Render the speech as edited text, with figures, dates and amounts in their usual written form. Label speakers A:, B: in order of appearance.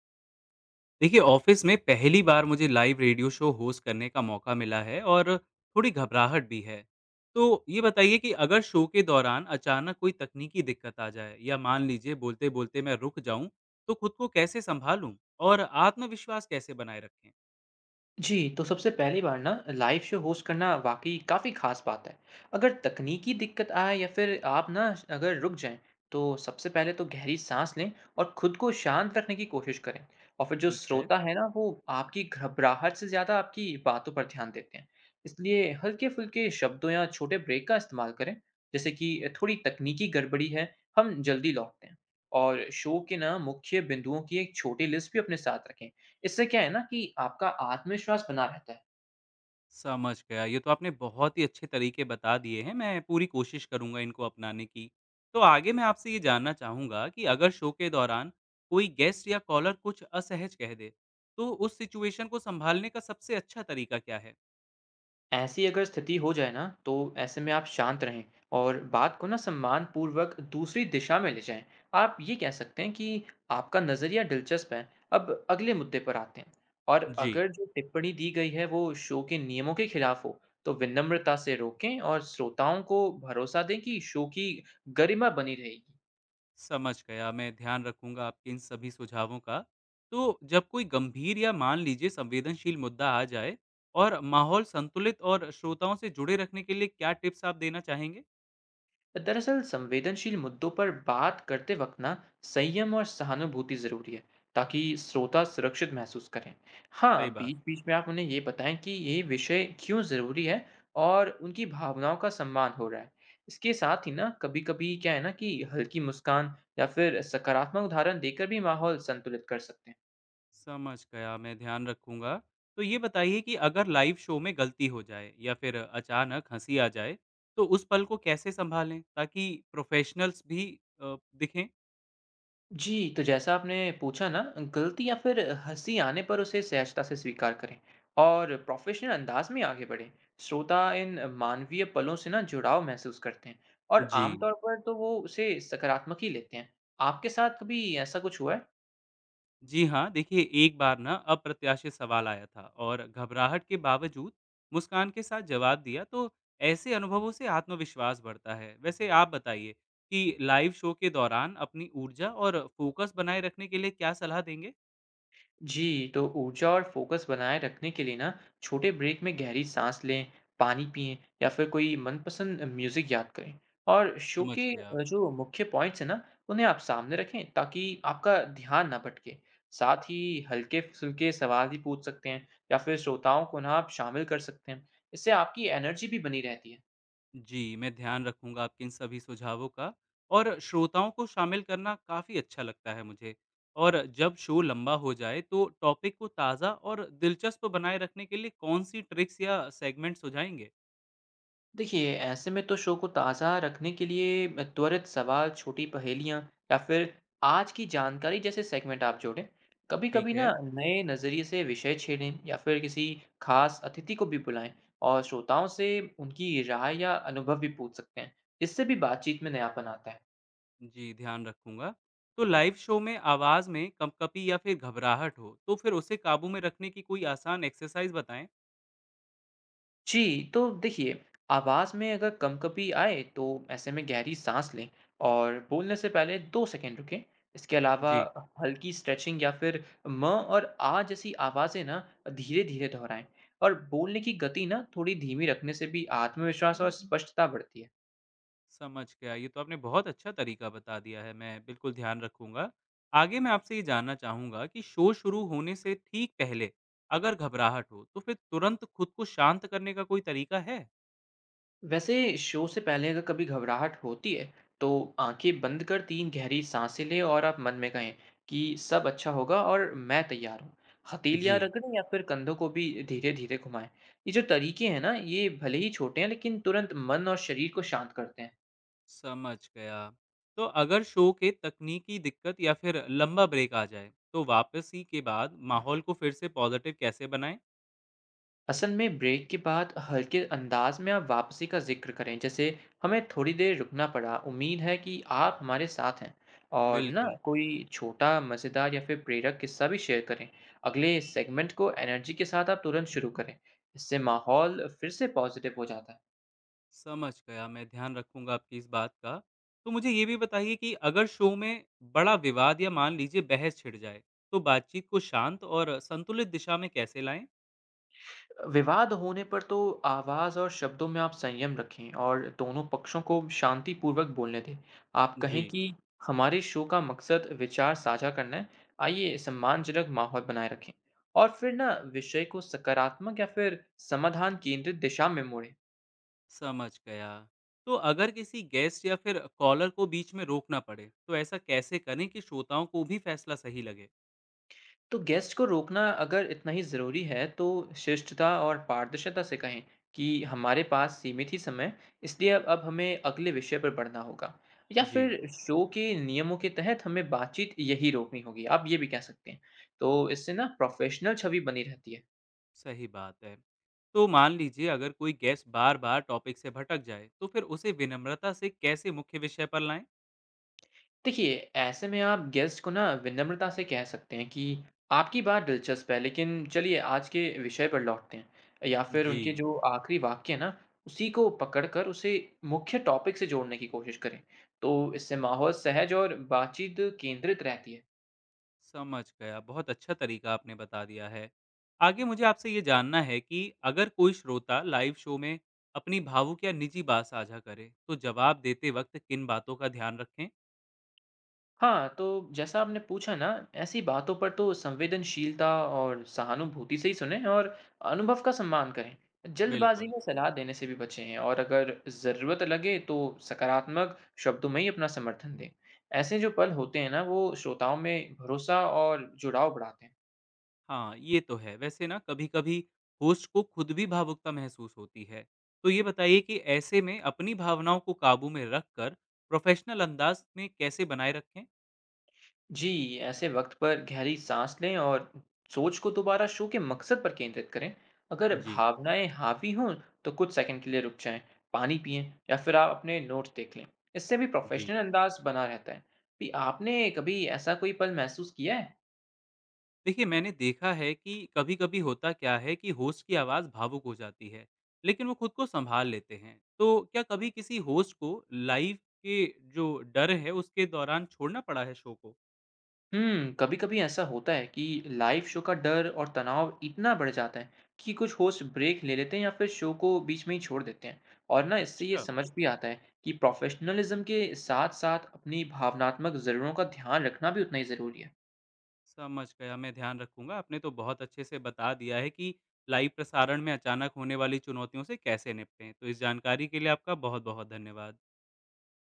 A: देखिए ऑफिस में पहली बार मुझे लाइव रेडियो शो होस्ट करने का मौका मिला है और थोड़ी घबराहट भी है। तो ये बताइए कि अगर शो के दौरान अचानक कोई तकनीकी दिक्कत आ जाए या मान लीजिए बोलते बोलते मैं रुक जाऊं तो खुद को कैसे संभालूं और आत्मविश्वास कैसे बनाए रखें?
B: जी, तो सबसे पहली बार ना लाइव शो होस्ट करना वाक़ई काफ़ी ख़ास बात है। अगर तकनीकी दिक्कत आए या फिर आप ना अगर रुक जाएँ, तो सबसे पहले तो गहरी साँस लें और खुद को शांत रखने की कोशिश करें। और फिर जो
A: ठीक है।
B: श्रोता है ना, वो आपकी घबराहट से ज़्यादा आपकी बातों पर ध्यान देते हैं। इसलिए हल्के-फुल्के शब्दों या छोटे ब्रेक का इस्तेमाल करें, जैसे कि थोड़ी तकनीकी गड़बड़ी है, हम जल्दी लौटते हैं। और शो के ना मुख्य बिंदुओं की एक छोटी लिस्ट भी अपने साथ रखें, इससे क्या है ना कि आपका आत्मविश्वास बना रहता है।
A: समझ गया। ये तो आपने बहुत ही अच्छे तरीके बता दिए हैं, मैं पूरी कोशिश करूँगा इनको अपनाने की। तो आगे मैं आपसे ये जानना चाहूँगा कि अगर शो के दौरान कोई गेस्ट या कॉलर कुछ असहज कह दे, तो उस सिचुएशन को सँभालने का सबसे अच्छा तरीका क्या है?
B: ऐसी अगर स्थिति हो जाए ना, तो ऐसे में आप शांत रहें और बात को ना सम्मानपूर्वक दूसरी दिशा में ले जाएँ। आप ये कह सकते हैं कि आपका नज़रिया दिलचस्प है, अब अगले मुद्दे पर आते हैं। और
A: जी,
B: अगर जो टिप्पणी दी गई है वो शो के नियमों के खिलाफ हो, तो विनम्रता से रोकें और श्रोताओं को भरोसा दें कि शो की गरिमा बनी रहेगी।
A: समझ गया। मैं ध्यान रखूँगा आपके इन सभी सुझावों का। तो जब कोई गंभीर या मान लीजिए संवेदनशील मुद्दा आ जाए और माहौल संतुलित और श्रोताओं से जुड़े रखने के लिए क्या टिप्स आप देना चाहेंगे?
B: दरअसल संवेदनशील मुद्दों पर बात करते वक्त ना संयम और सहानुभूति जरूरी है ताकि श्रोता सुरक्षित महसूस करें। हाँ,
A: सही बात।
B: बीच बीच में आप उन्हें ये बताएं कि ये विषय क्यों जरूरी है और उनकी भावनाओं का सम्मान हो रहा है। इसके साथ ही ना कभी कभी क्या है ना कि हल्की मुस्कान या फिर सकारात्मक उदाहरण देकर भी माहौल संतुलित कर सकते हैं।
A: समझ गया, मैं ध्यान रखूँगा। तो ये बताइए कि अगर लाइव शो में गलती हो जाए या फिर अचानक हँसी आ जाए, तो उस पल को कैसे सँभालें ताकि प्रोफ़ेशनल्स भी दिखें?
B: जी, तो जैसा आपने पूछा ना, गलती या फिर हँसी आने पर उसे सहजता से स्वीकार करें और प्रोफ़ेशनल अंदाज में आगे बढ़ें। श्रोता इन मानवीय पलों से ना जुड़ाव महसूस करते हैं और
A: जी।
B: आमतौर पर तो वो उसे सकारात्मक ही लेते हैं। आपके साथ कभी ऐसा कुछ हुआ है?
A: जी हाँ, देखिए एक बार ना अप्रत्याशित सवाल आया था और घबराहट के बावजूद मुस्कान के साथ जवाब दिया, तो ऐसे अनुभवों से आत्मविश्वास बढ़ता है। वैसे आप बताइए कि लाइव शो के दौरान अपनी ऊर्जा और फ़ोकस बनाए रखने के लिए क्या सलाह देंगे?
B: जी, तो ऊर्जा और फोकस बनाए रखने के लिए ना छोटे ब्रेक में गहरी सांस लें, पानी पिएं या फिर कोई मनपसंद म्यूजिक याद करें। और शो
A: समझ
B: के
A: गया।
B: जो मुख्य पॉइंट्स हैं ना, उन्हें आप सामने रखें ताकि आपका ध्यान ना भटके। साथ ही हल्के फुल्के सवाल भी पूछ सकते हैं या फिर श्रोताओं को ना आप शामिल कर सकते हैं। इससे आपकी एनर्जी भी बनी रहती है।
A: जी, मैं ध्यान रखूँगा आपके इन सभी सुझावों का और श्रोताओं को शामिल करना काफ़ी अच्छा लगता है मुझे। और जब शो लंबा हो जाए तो टॉपिक को ताज़ा और दिलचस्प बनाए रखने के लिए कौन-सी ट्रिक्स या सेगमेंट सुझाएँगे?
B: देखिए, ऐसे में तो शो को ताज़ा रखने के लिए त्वरित सवाल, छोटी पहेलियाँ या फिर आज की जानकारी जैसे सेगमेंट आप जोड़ें। कभी कभी
A: ठीक
B: ना
A: है,
B: नए नज़रिए से विषय छेड़ें या फिर किसी खास अतिथि को भी बुलाएं और श्रोताओं से उनकी राय या अनुभव भी पूछ सकते हैं। इससे भी बातचीत में नयापन आता है।
A: जी ध्यान रखूँगा। तो लाइव शो में आवाज़ में कंपकपी या फिर घबराहट हो, तो फिर उसे काबू में रखने की कोई आसान एक्सरसाइज़ बताएँ?
B: जी, तो देखिए, आवाज़ में अगर कंपकपी आए, तो ऐसे में गहरी साँस लें और बोलने से पहले 2 सेकंड रुकें। इसके अलावा
A: जी।
B: हल्की स्ट्रेचिंग या फिर म और आ जैसी आवाज़ें ना धीरे-धीरे दोहराएँ, और बोलने की गति ना थोड़ी धीमी रखने से भी आत्मविश्वास और स्पष्टता बढ़ती है।
A: समझ गया। ये तो आपने बहुत अच्छा तरीका बता दिया है, मैं बिल्कुल ध्यान रखूँगा। आगे मैं आपसे ये जानना चाहूँगा कि शो शुरू होने से ठीक पहले अगर घबराहट हो, तो फिर तुरंत खुद को शांत करने का कोई तरीका है?
B: वैसे शो से पहले अगर कभी घबराहट होती है, तो आँखें बंद कर 3 गहरी सांसें लें और आप मन में कहें कि सब अच्छा होगा और मैं तैयार हूँ।
A: जी।
B: हथेलियाँ रगड़ें या फिर कंधों को भी धीरे-धीरे घुमाएँ। ये जो तरीके हैं ना, ये भले ही छोटे हैं लेकिन तुरंत मन और शरीर को शांत करते हैं।
A: समझ गया। तो अगर शो के तकनीकी दिक्कत या फिर लंबा ब्रेक आ जाए, तो वापसी के बाद माहौल को फिर से पॉज़िटिव कैसे बनाएँ?
B: असल में ब्रेक के बाद हल्के अंदाज में आप वापसी का जिक्र करें, जैसे हमें थोड़ी देर रुकना पड़ा, उम्मीद है कि आप हमारे साथ हैं। और ना
A: बिल्कुल।
B: कोई छोटा मज़ेदार या फिर प्रेरक किस्सा भी शेयर करें। अगले सेगमेंट को एनर्जी के साथ आप तुरंत शुरू करें। इससे माहौल फिर से पॉजिटिव हो जाता है।
A: समझ गया, मैं ध्यान रखूँगा आपकी इस बात का। तो मुझे ये भी बताइए कि अगर शो में बड़ा विवाद या मान लीजिए बहस छिड़ जाए, तो बातचीत को शांत और संतुलित दिशा में कैसे लाएँ?
B: विवाद होने पर तो आवाज़ और शब्दों में आप संयम रखें और दोनों पक्षों को शांतिपूर्वक बोलने दें। आप कहें
A: जी।
B: कि हमारे शो का मकसद विचार साझा करना है, आइए सम्मानजनक माहौल बनाए रखें, और फिर ना विषय को सकारात्मक या फिर समाधान केंद्रित दिशा में मोड़ें।
A: समझ गया। तो अगर किसी गेस्ट या फिर कॉलर को बीच में रोकना पड़े, तो ऐसा कैसे करें कि श्रोताओं को भी फैसला सही लगे?
B: तो गेस्ट को रोकना अगर इतना ही ज़रूरी है, तो शिष्टता और पारदर्शिता से कहें कि हमारे पास सीमित ही समय है, इसलिए अब हमें अगले विषय पर बढ़ना होगा। या
A: जी।
B: फिर शो के नियमों के तहत हमें बातचीत यहीं रोकनी होगी, आप ये भी कह सकते हैं। तो इससे ना प्रोफ़ेशनल छवि बनी रहती है।
A: सही बात है। तो मान लीजिए अगर कोई गेस्ट बार-बार टॉपिक से भटक जाए, तो फिर उसे विनम्रता से कैसे मुख्य विषय पर लाएँ?
B: देखिए, ऐसे में आप गेस्ट को ना विनम्रता से कह सकते हैं कि आपकी बात दिलचस्प है, लेकिन चलिए आज के विषय पर लौटते हैं, या फिर
A: जी।
B: उनके जो आखिरी वाक्य है ना, उसी को पकड़कर उसे मुख्य टॉपिक से जोड़ने की कोशिश करें। तो इससे माहौल सहज और बातचीत केंद्रित रहती है।
A: समझ गया। बहुत अच्छा तरीका आपने बता दिया है। आगे मुझे आपसे ये जानना है कि अगर कोई श्रोता लाइव शो में अपनी भावुक या निजी बात साझा करे, तो जवाब देते वक्त किन बातों का ध्यान रखें?
B: हाँ, तो जैसा आपने पूछा ना, ऐसी बातों पर तो संवेदनशीलता और सहानुभूति से ही सुनें और अनुभव का सम्मान करें। जल्दबाजी
A: बिल्कुल
B: में सलाह देने से भी बचें, और अगर ज़रूरत लगे तो सकारात्मक शब्दों में ही अपना समर्थन दें। ऐसे जो पल होते हैं ना, वो श्रोताओं में भरोसा और जुड़ाव बढ़ाते हैं।
A: हाँ, ये तो है। वैसे ना कभी-कभी होस्ट को खुद भी भावुकता महसूस होती है। तो ये बताइए कि ऐसे में अपनी भावनाओं को काबू में रखकर प्रोफेशनल अंदाज में कैसे बनाए रखें?
B: जी, ऐसे वक्त पर गहरी साँस लें और सोच को दोबारा शो के मकसद पर केंद्रित करें। अगर
A: जी।
B: भावनाएँ हावी हों, तो कुछ सेकंड के लिए रुक जाएँ, पानी पिएँ या फिर आप अपने नोट्स देख लें। इससे भी प्रोफ़ेशनल
A: जी।
B: अंदाज़ बना रहता है। भी आपने कभी ऐसा कोई पल महसूस किया है?
A: देखिए मैंने देखा है कि कभी कभी होता क्या है कि होस्ट की आवाज़ भावुक हो जाती है लेकिन वो खुद को संभाल लेते हैं तो क्या कभी किसी होस्ट को लाइव के जो डर है उसके दौरान छोड़ना पड़ा है शो को?
B: हुँ, कभी-कभी ऐसा होता है कि लाइव शो का डर और तनाव इतना बढ़ जाता है कि कुछ होस्ट ब्रेक ले लेते हैं या फिर शो को बीच में ही छोड़ देते हैं। और ना इससे ये
A: अच्छा।
B: समझ भी आता है कि प्रोफेशनलिज्म के साथ-साथ अपनी भावनात्मक ज़रूरतों का ध्यान रखना भी उतना ही ज़रूरी है।
A: समझ गया। मैं ध्यान रखूंगा। आपने तो बहुत अच्छे से बता दिया है कि लाइव प्रसारण में अचानक होने वाली चुनौतियों से कैसे निपटें। तो इस जानकारी के लिए आपका बहुत बहुत धन्यवाद।